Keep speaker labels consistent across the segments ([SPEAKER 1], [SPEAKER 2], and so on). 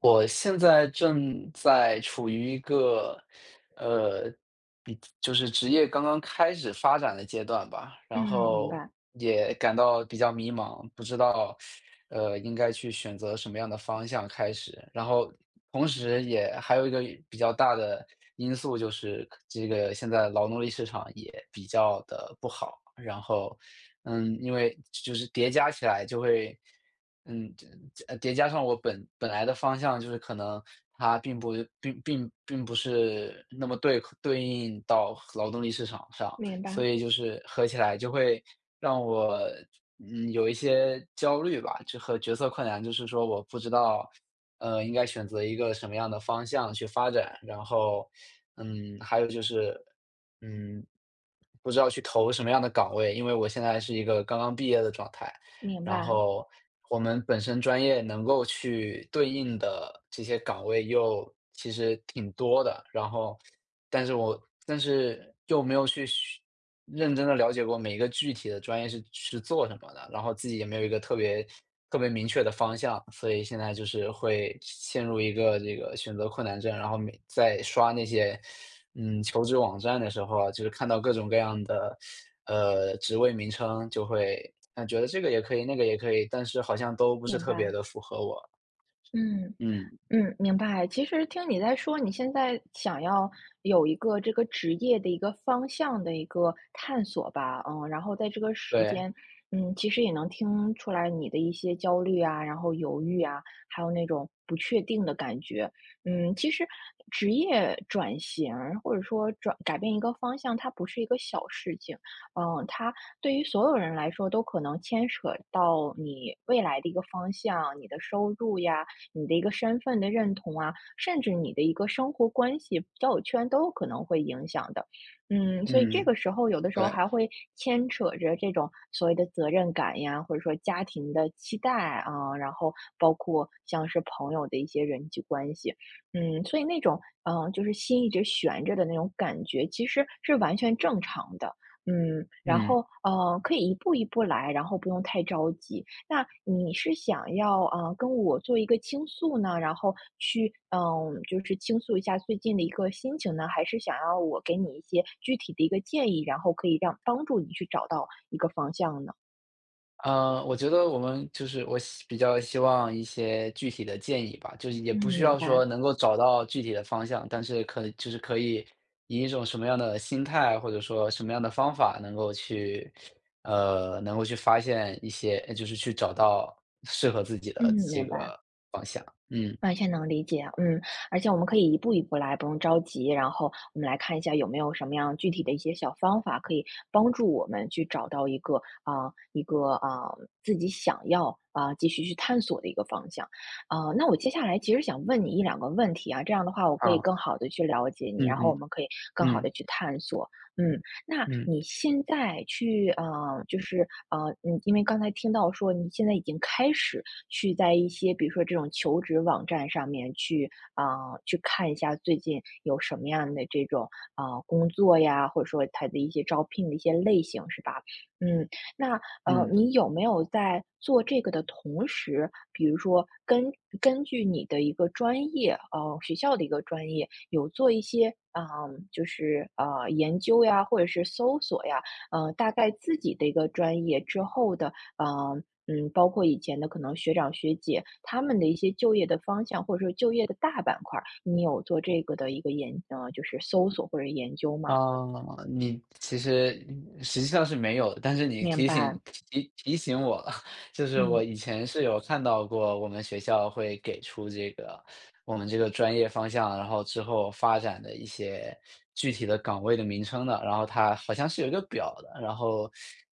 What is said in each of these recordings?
[SPEAKER 1] 我现在正在处于一个，呃，比就是职业刚刚开始发展的阶段吧，
[SPEAKER 2] 嗯，
[SPEAKER 1] 然
[SPEAKER 2] 明
[SPEAKER 1] 后
[SPEAKER 2] 白，
[SPEAKER 1] 也感到比较迷茫，不知道，应该去选择什么样的方向开始。然后同时也还有一个比较大的因素就是这个现在劳动力市场也比较的不好，然后，因为就是叠加起来就会。嗯，这这，叠加上我本来的方向，就是可能它并不是那么对应到劳动力市场上，
[SPEAKER 2] 明
[SPEAKER 1] 所
[SPEAKER 2] 白，
[SPEAKER 1] 以就是合起来就会让我，有一些焦虑吧，就和决策困难，就是说我不知道，应该选择一个什么样的方向去发展，然后，还有就是，嗯，不知道去投什么样的岗位，因为我现在是一个刚刚毕业的状态。
[SPEAKER 2] 明
[SPEAKER 1] 然
[SPEAKER 2] 白，
[SPEAKER 1] 后我们本身专业能够去对应的这些岗位又其实挺多的，然后但是我但是又没有去认真的了解过每一个具体的专业是做什么的，然后自己也没有一个特别明确的方向，所以现在就是会陷入一个这个选择困难症，然后每在刷那些求职网站的时候啊，就是看到各种各样的职位名称，就会觉得这个也可以，那个也可以，但是好像都不是
[SPEAKER 2] 明
[SPEAKER 1] 特别
[SPEAKER 2] 白，
[SPEAKER 1] 的符合我。
[SPEAKER 2] 嗯，
[SPEAKER 1] 嗯。
[SPEAKER 2] 嗯，明白。其实听你在说，你现在想要有一个这个职业的一个方向的一个探索吧，嗯，然后在这个时
[SPEAKER 1] 对，
[SPEAKER 2] 间，嗯，其实也能听出来你的一些焦虑啊，然后犹豫啊，还有那种不确定的感觉。嗯，其实职业转型或者说转改变一个方向，它不是一个小事情，嗯，它对于所有人来说都可能牵扯到你未来的一个方向、你的收入呀。你的一个身份的认同啊，甚至你的一个生活关系、交友圈都有可能会影响的。嗯，所以这
[SPEAKER 1] 嗯，
[SPEAKER 2] 个时候有的时候
[SPEAKER 1] 对。
[SPEAKER 2] 还会牵扯着这种所谓的责任感呀，或者说家庭的期待啊，然后包括像是朋友的一些人际关系，嗯，所以那种就是心一直悬着的那种感觉，其实是完全正常的。嗯，然
[SPEAKER 1] 嗯，
[SPEAKER 2] 后可以一步一步来，然后不用太着急。那你是想要啊跟我做一个倾诉呢，然后去就是倾诉一下最近的一个心情呢，还是想要我给你一些具体的一个建议，然后可以让帮助你去找到一个方向呢？
[SPEAKER 1] 我觉得我们就是我希比较希望一些具体的建议吧，就是也
[SPEAKER 2] 嗯，
[SPEAKER 1] 不需
[SPEAKER 2] 明
[SPEAKER 1] 要
[SPEAKER 2] 白。
[SPEAKER 1] 说能够找到具体的方向，但是可就是可以以一种什么样的心态，或者说什么样的方法能够去能够去发现一些去找到适合自己
[SPEAKER 2] 嗯，
[SPEAKER 1] 的这
[SPEAKER 2] 明白。
[SPEAKER 1] 个方向。嗯，
[SPEAKER 2] 完全能理解啊，嗯，而且我们可以一步一步来，不用着急。然后我们来看一下有没有什么样具体的一些小方法，可以帮助我们去找到一个一个自己想要啊、继续去探索的一个方向。那我接下来其实想问你一两个问题啊，这样的话我可以
[SPEAKER 1] 啊，
[SPEAKER 2] 更好的去了解你，
[SPEAKER 1] 嗯
[SPEAKER 2] 然后我
[SPEAKER 1] 嗯
[SPEAKER 2] 们可以更好
[SPEAKER 1] 嗯
[SPEAKER 2] 的去探索。嗯，那
[SPEAKER 1] 嗯
[SPEAKER 2] 你现在去，就是呃，因为刚才听到说你现在已经开始去在一些，比如说这种求职网站上面去去看一下最近有什么样的这种工作呀，或者说它的一些招聘的一些类型，是吧？嗯，那
[SPEAKER 1] 嗯。
[SPEAKER 2] 你有没有在做这个的同时，比如说根据你的一个专业，呃，学校的一个专业，有做一些，嗯，就是呃研究呀，或者是搜索呀，呃，大概自己的一个专业之后的，包括以前的可能学长学姐他们的一些就业的方向，或者说就业的大板块儿，你有做这个的一个研，呃，就是搜索或者研究
[SPEAKER 1] 啊，
[SPEAKER 2] 吗？
[SPEAKER 1] 你其实实际上是没有的，但是你
[SPEAKER 2] 明白，
[SPEAKER 1] 提醒我了，就是我
[SPEAKER 2] 嗯，
[SPEAKER 1] 以前是有看到过，我们学校会给出这个我们这个专业方向，然后之后发展的一些具体的岗位的名称的，然后它好像是有一个表的，然后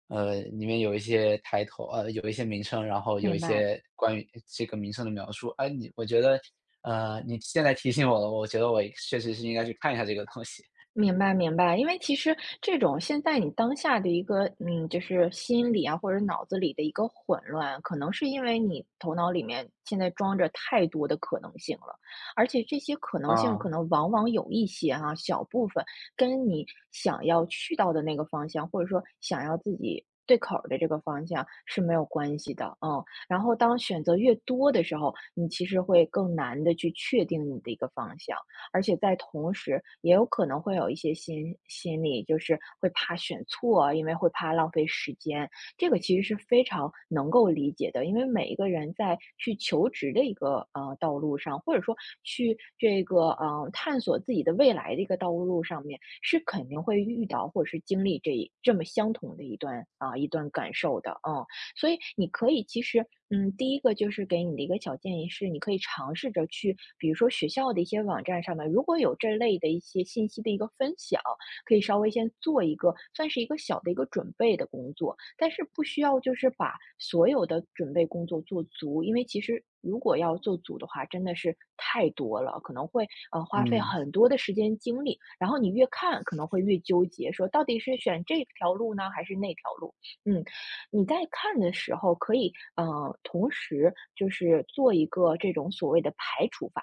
[SPEAKER 1] 里面有一些抬头，有一些名称，然后有一
[SPEAKER 2] 明白。
[SPEAKER 1] 些关于这个名称的描述。哎，我觉得你现在提醒我了，我觉得我确实是应该去看一下这个东西。
[SPEAKER 2] 明白，明白，因为其实这种现在你当下的一个，嗯，就是心理啊，或者脑子里的一个混乱，可能是因为你头脑里面现在装着太多的可能性了，而且这些可能性可
[SPEAKER 1] 啊。
[SPEAKER 2] 能往往有一些小部分跟你想要去到的那个方向，或者说想要自己对口儿的这个方向是没有关系的，嗯。然后当选择越多的时候，你其实会更难的去确定你的一个方向。而且在同时也有可能会有一些心理，就是会怕选错啊，因为会怕浪费时间。这个其实是非常能够理解的，因为每一个人在去求职的一个呃道路上，或者说去这个呃探索自己的未来的一个道路上面，是肯定会遇到或者是经历这一这么相同的一段一段感受的，嗯。所以你可以其实，嗯，第一个就是给你的一个小建议是，你可以尝试着去，比如说学校的一些网站上面，如果有这类的一些信息的一个分享，可以稍微先做一个，算是一个小的一个准备的工作，但是不需要就是把所有的准备工作做足，因为其实如果要做足的话，真的是太多了，可能会花费
[SPEAKER 1] 嗯
[SPEAKER 2] 很多的时间精力，然后你越看可能会越纠结，说到底是选这条路呢，还是那条路？嗯，你在看的时候可以，同时就是做一个这种所谓的排除法，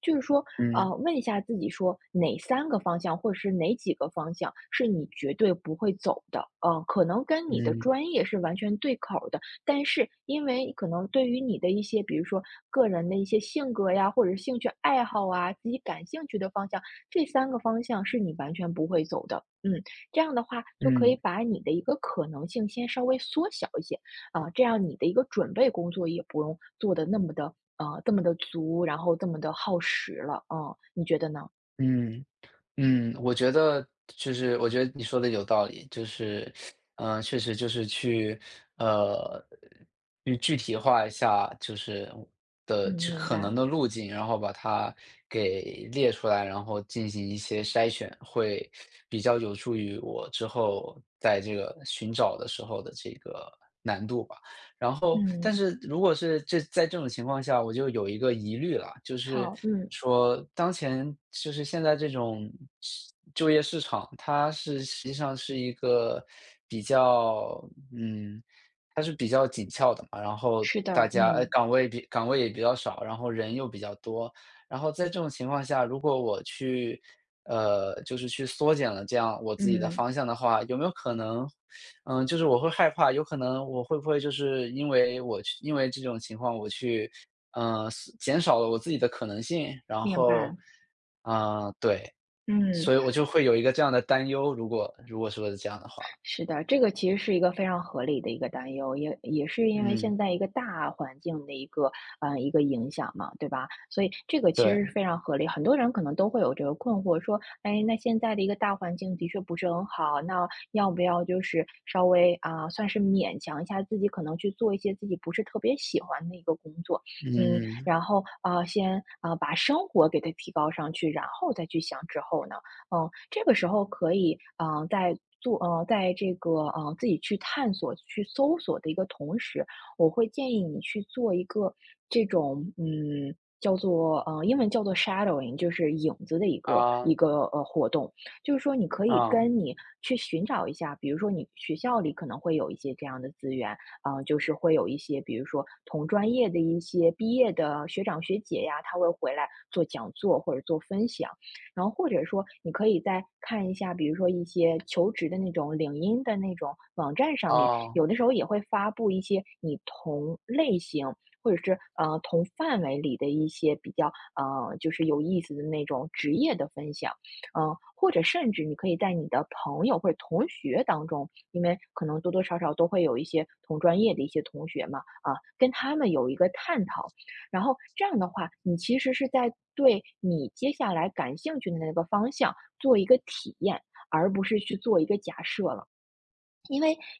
[SPEAKER 2] 就是说，
[SPEAKER 1] 嗯
[SPEAKER 2] 问一下自己说哪三个方向或者是哪几个方向是你绝对不会走的，呃，可能跟你的
[SPEAKER 1] 嗯
[SPEAKER 2] 专业是完全对口儿的，但是因为可能对于你的一些，比如说个人的一些性格呀，或者是兴趣爱好啊，自己感兴趣的方向，这三个方向是你完全不会走的，嗯。这样的话，就可
[SPEAKER 1] 嗯
[SPEAKER 2] 以把你的一个可能性先稍微缩小一些，啊，这样你的一个准备工作也不用做的那么的这么的足，然后这么的耗时了，啊？你觉得呢？
[SPEAKER 1] 嗯嗯，我觉得我觉得你说的有道理，就是，确实呃，去具体化一下，就是的
[SPEAKER 2] 嗯，
[SPEAKER 1] 这
[SPEAKER 2] 明
[SPEAKER 1] 可
[SPEAKER 2] 白，
[SPEAKER 1] 能的路径，然后把它给列出来，然后进行一些筛选，会比较有助于我之后在这个寻找的时候的这个难度吧。然后，但
[SPEAKER 2] 嗯，
[SPEAKER 1] 是如果是在这种情况下，我就有一个疑虑了，就是
[SPEAKER 2] 好，嗯，
[SPEAKER 1] 说当前现在这种就业市场，实际上是一个比较嗯，比较紧俏的嘛，然后
[SPEAKER 2] 是
[SPEAKER 1] 大
[SPEAKER 2] 的，
[SPEAKER 1] 家
[SPEAKER 2] 嗯，
[SPEAKER 1] 岗位也比较少，然后人又比较多。然后在这种情况下，如果我去就是去缩减了这样我自己的
[SPEAKER 2] 嗯，
[SPEAKER 1] 方向的话，有没有可能就是我会害怕，有可能我会不会因为这种情况我去，嗯，是减少了我自己的可能性，然
[SPEAKER 2] 明
[SPEAKER 1] 后，
[SPEAKER 2] 白，
[SPEAKER 1] 啊，对，
[SPEAKER 2] 嗯。
[SPEAKER 1] 所以我就会有一个这样的担忧，如果说是这样的话，
[SPEAKER 2] 是的，这个其实是一个非常合理的一个担忧，也也是因为
[SPEAKER 1] 嗯，
[SPEAKER 2] 现在一个大环境的一个一个影响嘛，对吧？所以这个其
[SPEAKER 1] 对，
[SPEAKER 2] 实是非常合理，很多人可能都会有这个困惑，说，哎，那现在的一个大环境的确不是很好，那要不要就是稍微算是勉强一下自己，可能去做一些自己不是特别喜欢的一个工作，嗯，
[SPEAKER 1] 嗯，
[SPEAKER 2] 然后先把生活给它提高上去，然后再去想之后呢？嗯，这个时候可以，嗯，在做在这个，自己去探索、去搜索的一个同时，我会建议你去做一个这种，嗯，叫做，嗯，英文叫做 shadowing，就是影子的一个
[SPEAKER 1] 啊，
[SPEAKER 2] 活动。就是说你可以
[SPEAKER 1] 啊，
[SPEAKER 2] 去寻找一下，比如说你学校里可能会有一些这样的资源，就是会有一些，比如说同专业的一些毕业的学长学姐呀，他会回来做讲座或者做分享。然后或者说你可以再看一下，比如说一些求职的那种领英的那种网站上面，
[SPEAKER 1] 啊。
[SPEAKER 2] 有的时候也会发布一些你同类型或者是同范围里的一些比较就是有意思的那种职业的分享，或者甚至你可以在你的朋友或者同学当中，因为可能多多少少都会有一些同专业的一些同学嘛，啊，跟他们有一个探讨。然后这样的话，你其实是在对你接下来感兴趣的那个方向做一个体验，而不是去做一个假设了。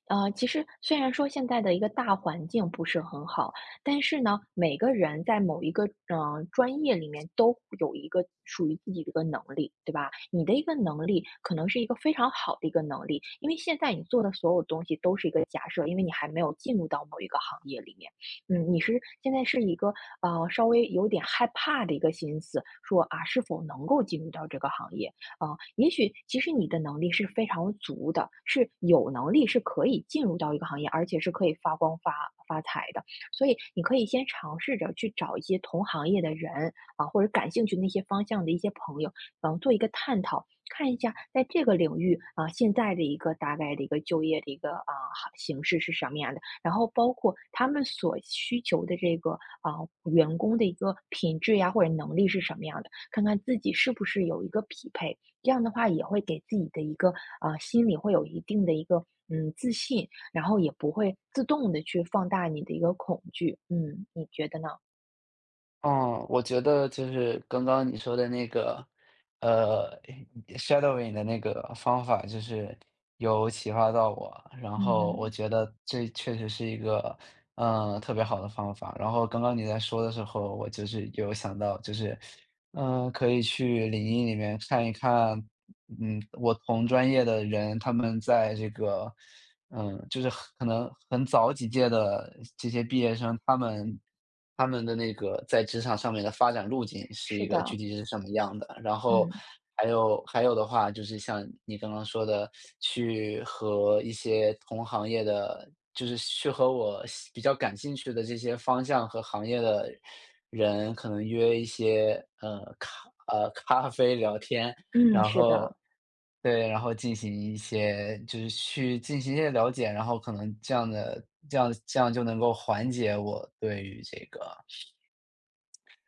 [SPEAKER 2] 其实虽然说现在的一个大环境不是很好，但是呢，每个人在某一个专业里面都有一个属于自己的一个能力，对吧？你的一个能力可能是一个非常好的一个能力，因为现在你做的所有东西都是一个假设，因为你还没有进入到某一个行业里面。嗯，你是现在是一个稍微有点害怕的一个心思，说啊是否能够进入到这个行业？啊，也许其实你的能力是非常足的，是有能力是可以进入到一个行业，而且是可以发光发发财的。所以你可以先尝试着去找一些同行业的人啊，或者感兴趣的那些方向的一些朋友，嗯，做一个探讨，看一下在这个领域啊，现在的一个大概的一个就业的一个形式是什么样的，然后包括他们所需求的这个啊员工的一个品质呀或者能力是什么样的，看看自己是不是有一个匹配。这样的话也会给自己的一个心里会有一定的一个嗯，自信，然后也不会自动的去放大你的一个恐惧，嗯，你觉得呢？
[SPEAKER 1] 嗯，我觉得就是刚刚你说的那个，呃，shadowing 的那个方法，就是有启发到我，然后我
[SPEAKER 2] 嗯，
[SPEAKER 1] 觉得这确实是一个，特别好的方法。然后刚刚你在说的时候，我就是有想到，就是可以去领英里面看一看，我同专业的人，他们在这个，就是很可能很早几届的这些毕业生，他们的那个在职场上面的发展路径是
[SPEAKER 2] 是
[SPEAKER 1] 一个具
[SPEAKER 2] 的，
[SPEAKER 1] 体是什么样的。然后
[SPEAKER 2] 嗯，
[SPEAKER 1] 还有的话，就是像你刚刚说的，去和一些同行业的，就是去和比较感兴趣的这些方向和行业的人，可能约一些咖啡聊天，
[SPEAKER 2] 嗯，
[SPEAKER 1] 然
[SPEAKER 2] 是
[SPEAKER 1] 后
[SPEAKER 2] 的，
[SPEAKER 1] 对，然后进行一些去进行一些了解，然后可能这样的这样这样就能够缓解我对于这个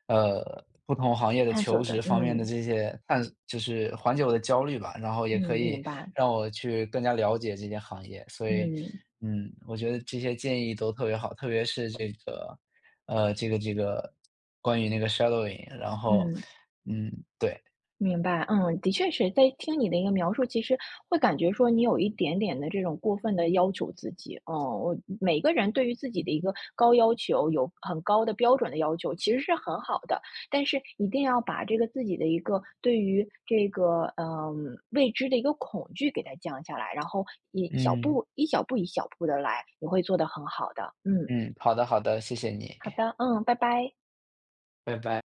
[SPEAKER 1] 呃，不同行业的
[SPEAKER 2] 探
[SPEAKER 1] 求
[SPEAKER 2] 索
[SPEAKER 1] 职
[SPEAKER 2] 的，
[SPEAKER 1] 方面的
[SPEAKER 2] 嗯，
[SPEAKER 1] 这些探就是缓解我的焦虑吧，然后也
[SPEAKER 2] 嗯，
[SPEAKER 1] 可以
[SPEAKER 2] 明白，
[SPEAKER 1] 让我去更加了解这些行业。所以，
[SPEAKER 2] 嗯，
[SPEAKER 1] 嗯，我觉得这些建议都特别好，特别是这个，这个关于那个 shadowing,然后，
[SPEAKER 2] 嗯。
[SPEAKER 1] 嗯，对，
[SPEAKER 2] 明白，嗯，的确是在听你的一个描述，其实会感觉说你有一点点的这种过分的要求自己，嗯，我每个人对于自己的一个高要求，有很高的标准的要求，其实是很好的，但是一定要把这个自己的一个对于这个嗯未知的一个恐惧给它降下来，然后一小
[SPEAKER 1] 嗯
[SPEAKER 2] 步一小步一小步的来，你会做得很好的，嗯，
[SPEAKER 1] 嗯，好的好的，谢谢你，
[SPEAKER 2] 好的，嗯，拜拜。
[SPEAKER 1] 拜拜。